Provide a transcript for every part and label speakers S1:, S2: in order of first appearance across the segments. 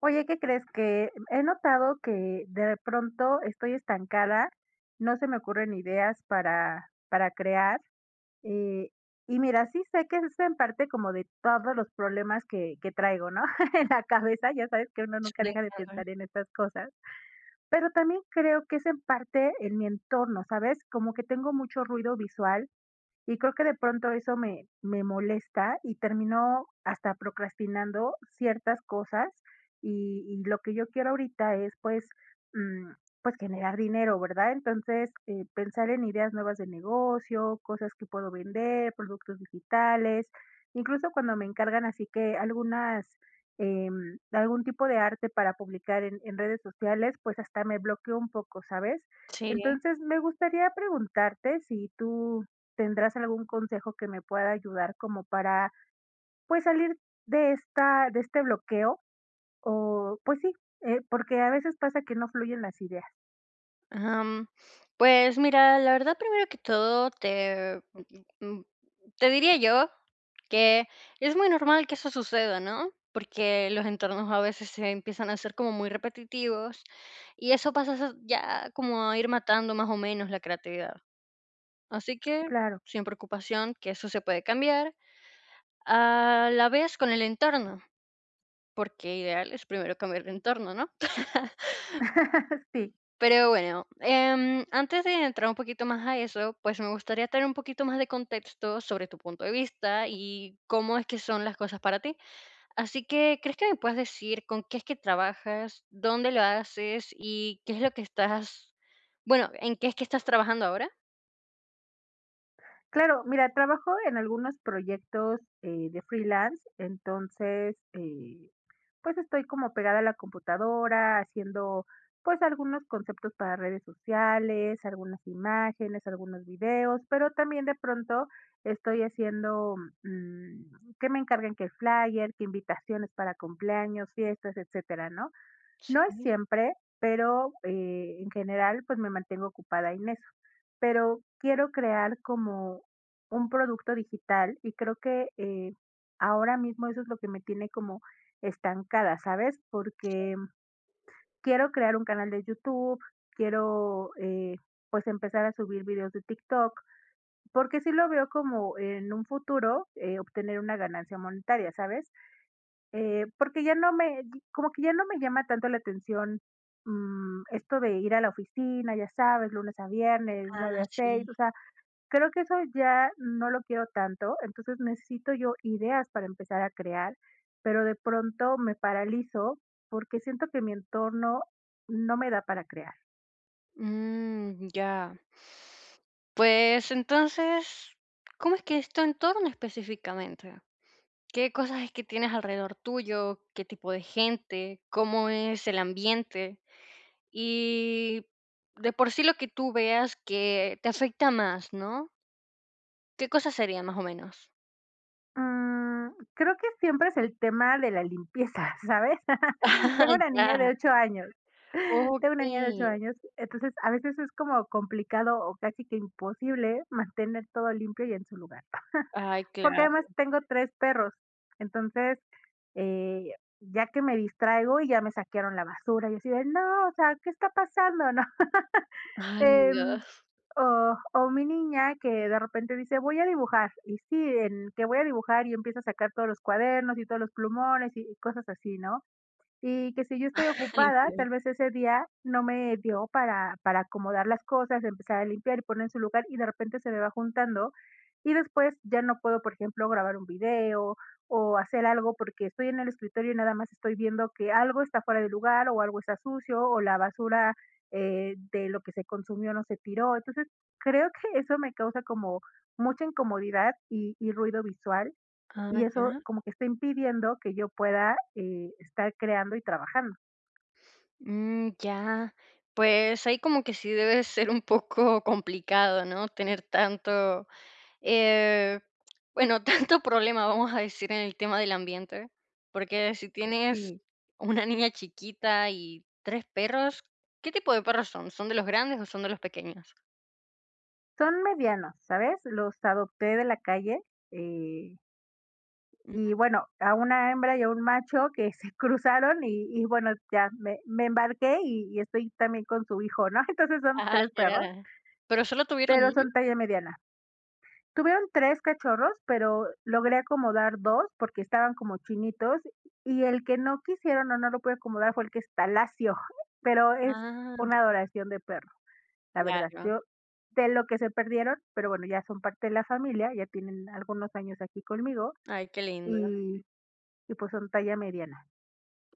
S1: Oye, ¿qué crees? Que he notado que de pronto estoy estancada, no se me ocurren ideas para crear. eh, y mira, sí sé que es en parte como de todos los problemas que traigo, ¿no? En la cabeza, ya sabes que uno
S2: Sí,
S1: nunca deja de
S2: entiendo.
S1: pensar en estas cosas, pero también creo que es en parte en mi entorno, ¿sabes? Como que tengo mucho ruido visual y creo que de pronto eso me molesta y termino hasta procrastinando ciertas cosas, y lo que yo quiero ahorita es, pues, mm, pues, generar dinero, ¿verdad? Entonces, pensar en ideas nuevas de negocio, cosas que puedo vender, productos digitales, incluso cuando me encargan así que algunas, algún tipo de arte para publicar en redes sociales, pues, hasta me bloqueo un poco, ¿sabes?
S2: Sí.
S1: Entonces, me gustaría preguntarte si tú ¿Tendrás algún consejo que me pueda ayudar como para, pues, salir de este bloqueo? O, pues sí, porque a veces pasa que no fluyen las ideas.
S2: Am, pues mira, la verdad, primero que todo, te, mm, mm, te diría yo que es muy normal que eso suceda, ¿no? Porque los entornos a veces se empiezan a hacer como muy repetitivos y eso pasa a ser ya como a ir matando más o menos la creatividad. Así que,
S1: Claro,
S2: sin preocupación, que eso se puede cambiar a la vez con el entorno, porque ideal es primero cambiar de entorno, ¿no?
S1: sí.
S2: Pero bueno, antes de entrar un poquito más a eso, pues me gustaría tener un poquito más de contexto sobre tu punto de vista y cómo es que son las cosas para ti. Así que, ¿crees que me puedes decir con qué es que trabajas, dónde lo haces y qué es lo que estás, bueno, en qué es que estás trabajando ahora?
S1: Claro, mira, trabajo en algunos proyectos, de freelance, entonces, pues, estoy como pegada a la computadora haciendo, pues, algunos conceptos para redes sociales, algunas imágenes, algunos videos, pero también de pronto estoy haciendo, que me encarguen que el flyer, que invitaciones para cumpleaños, fiestas, etcétera, ¿no? No es
S2: Sí.
S1: siempre, pero, en general, pues, me mantengo ocupada en eso. Pero quiero crear como un producto digital y creo que, ahora mismo eso es lo que me tiene como estancada, ¿sabes? Porque quiero crear un canal de YouTube, quiero, pues, empezar a subir videos de TikTok, porque sí lo veo como en un futuro, obtener una ganancia monetaria, ¿sabes? Porque ya no me como que ya no me llama tanto la atención, esto de ir a la oficina, ya sabes, lunes a viernes, 9
S2: Ah,
S1: a seis,
S2: sí.
S1: o sea, creo que eso ya no lo quiero tanto, entonces necesito yo ideas para empezar a crear, pero de pronto me paralizo porque siento que mi entorno no me da para crear.
S2: Mm, ya. Pues entonces, ¿cómo es que es tu entorno específicamente? ¿Qué cosas es que tienes alrededor tuyo? ¿Qué tipo de gente? ¿Cómo es el ambiente? Y de por sí lo que tú veas que te afecta más, ¿no? ¿Qué cosas serían más o menos?
S1: Mm, creo que siempre es el tema de la limpieza, ¿sabes? Tengo
S2: Ah,
S1: una niña de
S2: ya.
S1: 8 años. Tengo una niña de 8
S2: Okey.
S1: años, entonces a veces es como complicado o casi que imposible mantener todo limpio y en su lugar.
S2: Ay,
S1: Porque
S2: claro.
S1: además tengo 3 perros, entonces, eh, ya que me distraigo y ya me saquearon la basura, y así de: "No, o sea, ¿qué está pasando?", ¿no?
S2: Ay,
S1: Em,
S2: Dios.
S1: o mi niña que de repente dice: "Voy a dibujar", y sí, en que voy a dibujar y empieza a sacar todos los cuadernos y todos los plumones y cosas así, ¿no? Y que si yo estoy
S2: Ay,
S1: ocupada,
S2: Dios.
S1: tal vez ese día no me dio para acomodar las cosas, empezar a limpiar y poner en su lugar, y de repente se me va juntando, y después ya no puedo, por ejemplo, grabar un video o hacer algo porque estoy en el escritorio y nada más estoy viendo que algo está fuera de lugar o algo está sucio o la basura, de lo que se consumió no se tiró. Entonces, creo que eso me causa como mucha incomodidad y ruido visual
S2: Ah,
S1: y eso
S2: ya.
S1: como que está impidiendo que yo pueda, estar creando y trabajando.
S2: Mm, ya. Pues ahí como que sí debe ser un poco complicado, ¿no? Tener tanto. Eh, bueno, tanto problema, vamos a decir, en el tema del ambiente, porque si tienes
S1: Sí,
S2: una niña chiquita y 3 perros, ¿qué tipo de perros son? ¿Son de los grandes o son de los pequeños?
S1: son medianos, ¿sabes? Los adopté de la calle, eh,
S2: Mm,
S1: y bueno, a una hembra y a un macho que se cruzaron y bueno, ya me embarqué y estoy también con su hijo, ¿no? Entonces son
S2: ah,
S1: 3 perros,
S2: ya. ¿Pero solo tuvieron
S1: pero
S2: 1?
S1: son talla mediana. Tuvieron 3 cachorros, pero logré acomodar 2 porque estaban como chinitos, y el que no quisieron o no lo pude acomodar fue el que está lacio, pero es
S2: Ah,
S1: una adoración de perro, la verdad.
S2: claro.
S1: Yo de lo que se perdieron, pero bueno, ya son parte de la familia, ya tienen algunos años aquí conmigo
S2: Ay, qué lindo.
S1: y y pues son talla mediana.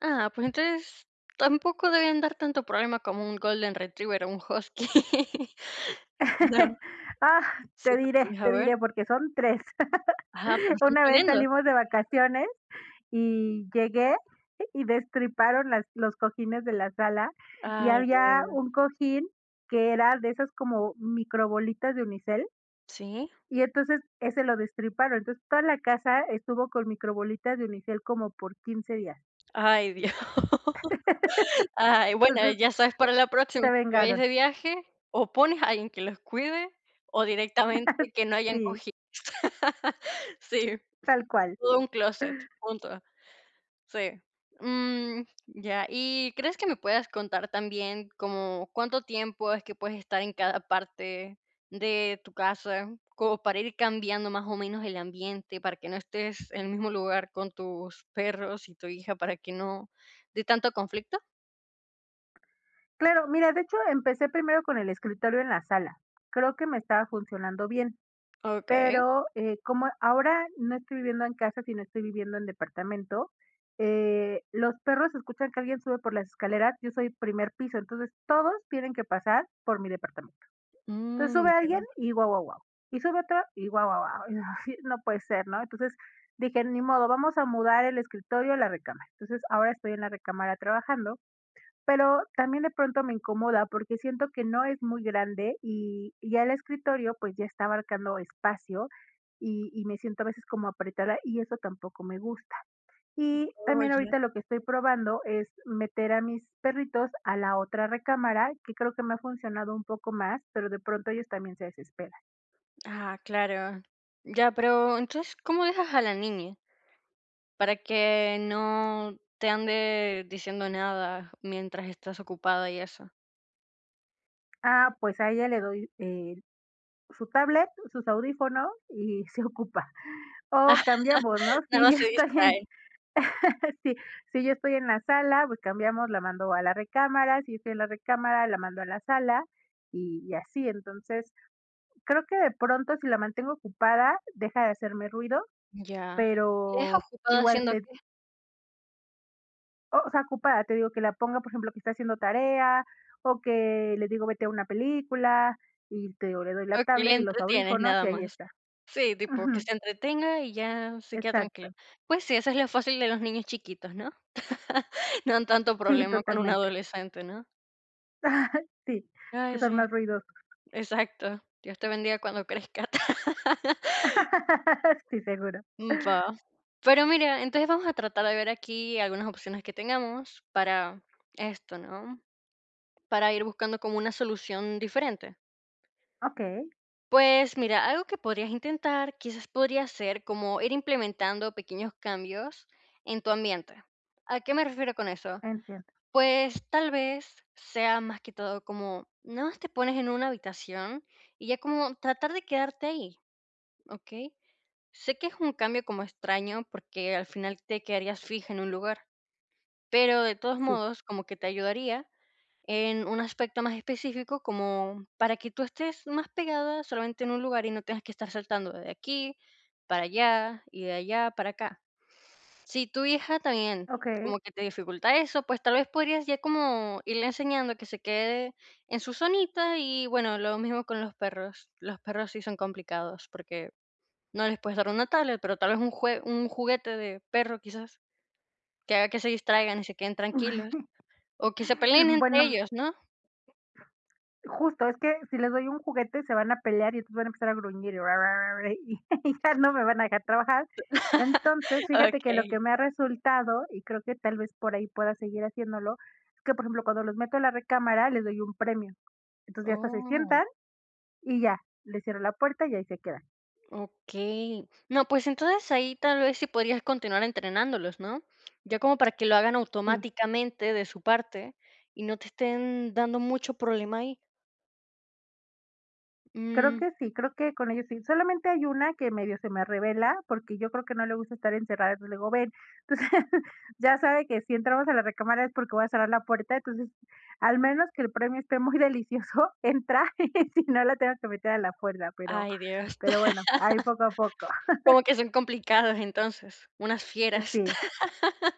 S2: Ah, pues entonces tampoco deben dar tanto problema como un golden retriever o un husky. No.
S1: Ah, te
S2: Sí te
S1: diré,
S2: pones a
S1: te
S2: ver.
S1: diré porque son 3.
S2: Ajá, pero son
S1: Una vez
S2: tremendos.
S1: salimos de vacaciones y llegué y destriparon las los cojines de la sala, y
S2: Ay,
S1: había
S2: Dios.
S1: un cojín que era de esas como microbolitas de unicel,
S2: Sí.
S1: y entonces ese lo destriparon. Entonces, toda la casa estuvo con microbolitas de unicel como por 15 días.
S2: Ay, Dios. Ay, bueno,
S1: Entonces,
S2: ya sabes para la próxima
S1: se
S2: que te vayas
S1: vengaron,
S2: de viaje, o pones a alguien que los cuide, o directamente que no hayan
S1: sí,
S2: cogido. Sí,
S1: tal cual.
S2: todo un closet. Punto. Sí. Mm, ya, ¿y crees que me puedas contar también como cuánto tiempo es que puedes estar en cada parte de tu casa, como para ir cambiando más o menos el ambiente, para que no estés en el mismo lugar con tus perros y tu hija, para que no dé tanto conflicto?
S1: Claro, mira, de hecho, empecé primero con el escritorio en la sala. Creo que me estaba funcionando bien.
S2: Okey.
S1: Pero, como ahora no estoy viviendo en casa, sino estoy viviendo en departamento, los perros escuchan que alguien sube por las escaleras, yo soy primer piso, entonces todos tienen que pasar por mi departamento. Entonces
S2: Mm,
S1: sube
S2: ya.
S1: alguien y guau, guau, guau. Y sube otro y guau, guau, guau. Y así, no puede ser, ¿no? Entonces dije, ni modo, vamos a mudar el escritorio a la recámara. Entonces ahora estoy en la recámara trabajando, pero también de pronto me incomoda porque siento que no es muy grande y ya el escritorio, pues, ya está abarcando espacio y me siento a veces como apretada y eso tampoco me gusta. Y
S2: Oh,
S1: también
S2: ya.
S1: ahorita lo que estoy probando es meter a mis perritos a la otra recámara, que creo que me ha funcionado un poco más, pero de pronto ellos también se desesperan.
S2: Ah, claro. Ya, pero entonces, ¿cómo dejas a la niña? Para que no te ande diciendo nada mientras estás ocupada y eso.
S1: Ah, pues a ella le doy, su tablet, sus audífonos y se ocupa. O cambiamos, ¿no?
S2: Nada
S1: Si yo
S2: más se
S1: estoy en
S2: distrae.
S1: Sí, si yo estoy en la sala, pues cambiamos, la mando a la recámara, si estoy en la recámara, la mando a la sala y así. Entonces, creo que de pronto, si la mantengo ocupada, deja de hacerme ruido,
S2: Ya. ¿La
S1: pero
S2: dejas ocupada
S1: igual
S2: haciendo
S1: te
S2: qué?
S1: o sea, ocupada, te digo que la ponga, por ejemplo, que está haciendo tarea o que le digo: "Vete a una película", y te digo, le doy la
S2: ¿O que la
S1: tablet y los
S2: entretienes
S1: audífonos y
S2: nada
S1: ahí
S2: más?
S1: está.
S2: Sí, tipo, que
S1: Ujú,
S2: se entretenga y ya se queda
S1: exacto.
S2: tranquila. Pues sí, eso es lo fácil de los niños chiquitos, ¿no? No han tanto
S1: Sí,
S2: problema con un
S1: totalmente.
S2: adolescente, ¿no?
S1: Sí, que
S2: Ay,
S1: son
S2: sí,
S1: más ruidosos.
S2: exacto. Dios te bendiga cuando crezcas.
S1: Sí, seguro.
S2: Mm, va. Pero mira, entonces vamos a tratar de ver aquí algunas opciones que tengamos para esto, ¿no? Para ir buscando como una solución diferente.
S1: Okey,
S2: Pues mira, algo que podrías intentar, quizás podría ser como ir implementando pequeños cambios en tu ambiente. ¿A qué me refiero con eso?
S1: entiendo.
S2: Pues tal vez sea más que todo como, no te pones en una habitación y ya como tratar de quedarte ahí, ¿ok? Sé que es un cambio como extraño porque al final te quedarías fija en un lugar, pero de todos
S1: Sí,
S2: modos como que te ayudaría en un aspecto más específico como para que tú estés más pegada solamente en un lugar y no tengas que estar saltando de aquí para allá y de allá para acá. Si tu hija también
S1: okey.
S2: como que te dificulta eso, pues tal vez podrías ya como irle enseñando que se quede en su zonita y bueno, lo mismo con los perros. Los perros sí son complicados porque no les puedes dar una tablet, pero tal vez un juguete de perro, quizás, que haga que se distraigan y se queden tranquilos, o que se peleen entre
S1: Bueno,
S2: ellos, ¿no?
S1: justo, es que si les doy un juguete se van a pelear y entonces van a empezar a gruñir y y ya no me van a dejar trabajar. Entonces, fíjate que lo que
S2: Okey.
S1: me ha resultado, y creo que tal vez por ahí pueda seguir haciéndolo, es que, por ejemplo, cuando los meto a la recámara les doy un premio. Entonces, ya hasta se
S2: Oh,
S1: sientan y ya, les cierro la puerta y ahí se quedan.
S2: okey. No, pues entonces ahí tal vez sí podrías continuar entrenándolos, ¿no? Ya como para que lo hagan
S1: Sí.
S2: automáticamente de su parte y no te estén dando mucho problema ahí.
S1: Creo
S2: Mm,
S1: que sí, creo que con ellos sí. Solamente hay una que medio se me revela porque yo creo que no le gusta estar encerrada, entonces le digo, ven. Entonces, ya sabe que si entramos a la recámara es porque voy a cerrar la puerta, entonces, al menos que el premio esté muy delicioso, entra, y si no la tengo que meter a la puerta, pero
S2: ay, Dios.
S1: pero bueno, ahí poco a poco.
S2: Como que son complicados entonces, unas fieras.
S1: Sí,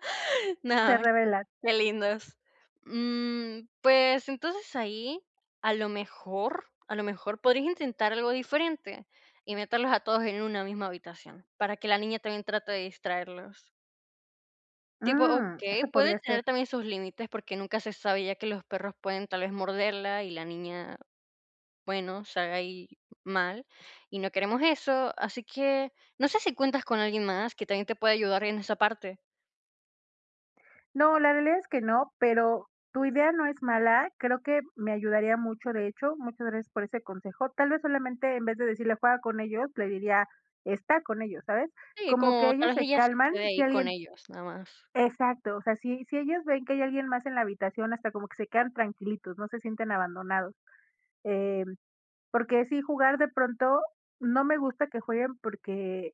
S1: se
S2: No.
S1: revela.
S2: Qué lindos. Mm, pues entonces ahí, a lo mejor podrías intentar algo diferente y meterlos a todos en una misma habitación para que la niña también trate de distraerlos. Tipo,
S1: Mm,
S2: ok,
S1: eso
S2: puede
S1: podría ser.
S2: tener también sus límites porque nunca se sabe ya que los perros pueden tal vez morderla y la niña, bueno, se haga ahí mal y no queremos eso. Así que no sé si cuentas con alguien más que también te pueda ayudar en esa parte.
S1: No, la realidad es que no, pero tu idea no es mala, creo que me ayudaría mucho, de hecho, muchas gracias por ese consejo. Tal vez solamente en vez de decirle juega con ellos, le diría está con ellos, ¿sabes?
S2: Sí,
S1: Como que
S2: como tal
S1: ellos
S2: vez
S1: se
S2: ella se
S1: calman
S2: quede
S1: si
S2: ahí con
S1: alguien,
S2: ellos, nada más.
S1: exacto, o sea, si ellos ven que hay alguien más en la habitación, hasta como que se quedan tranquilitos, no se sienten abandonados. Eh, porque si jugar de pronto, no me gusta que jueguen porque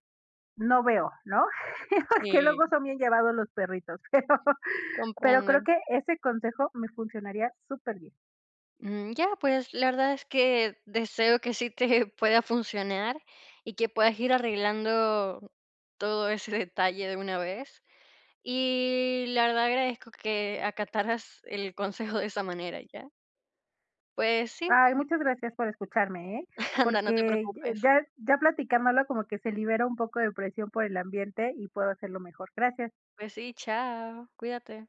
S1: no veo, ¿no? porque
S2: Sí.
S1: luego son bien llevados los perritos, pero creo
S2: Comprendo.
S1: que ese consejo me funcionaría súper bien.
S2: Mm, ya, pues la verdad es que deseo que sí te pueda funcionar y que puedas ir arreglando todo ese detalle de una vez. Y la verdad agradezco que acataras el consejo de esa manera, ¿ya? Pues sí,
S1: Ay, muchas gracias por escucharme, ¿eh?
S2: anda, no te
S1: Porque
S2: preocupes.
S1: ya platicándolo como que se libera un poco de presión por el ambiente y puedo hacerlo mejor. Gracias.
S2: Pues sí, chao, cuídate.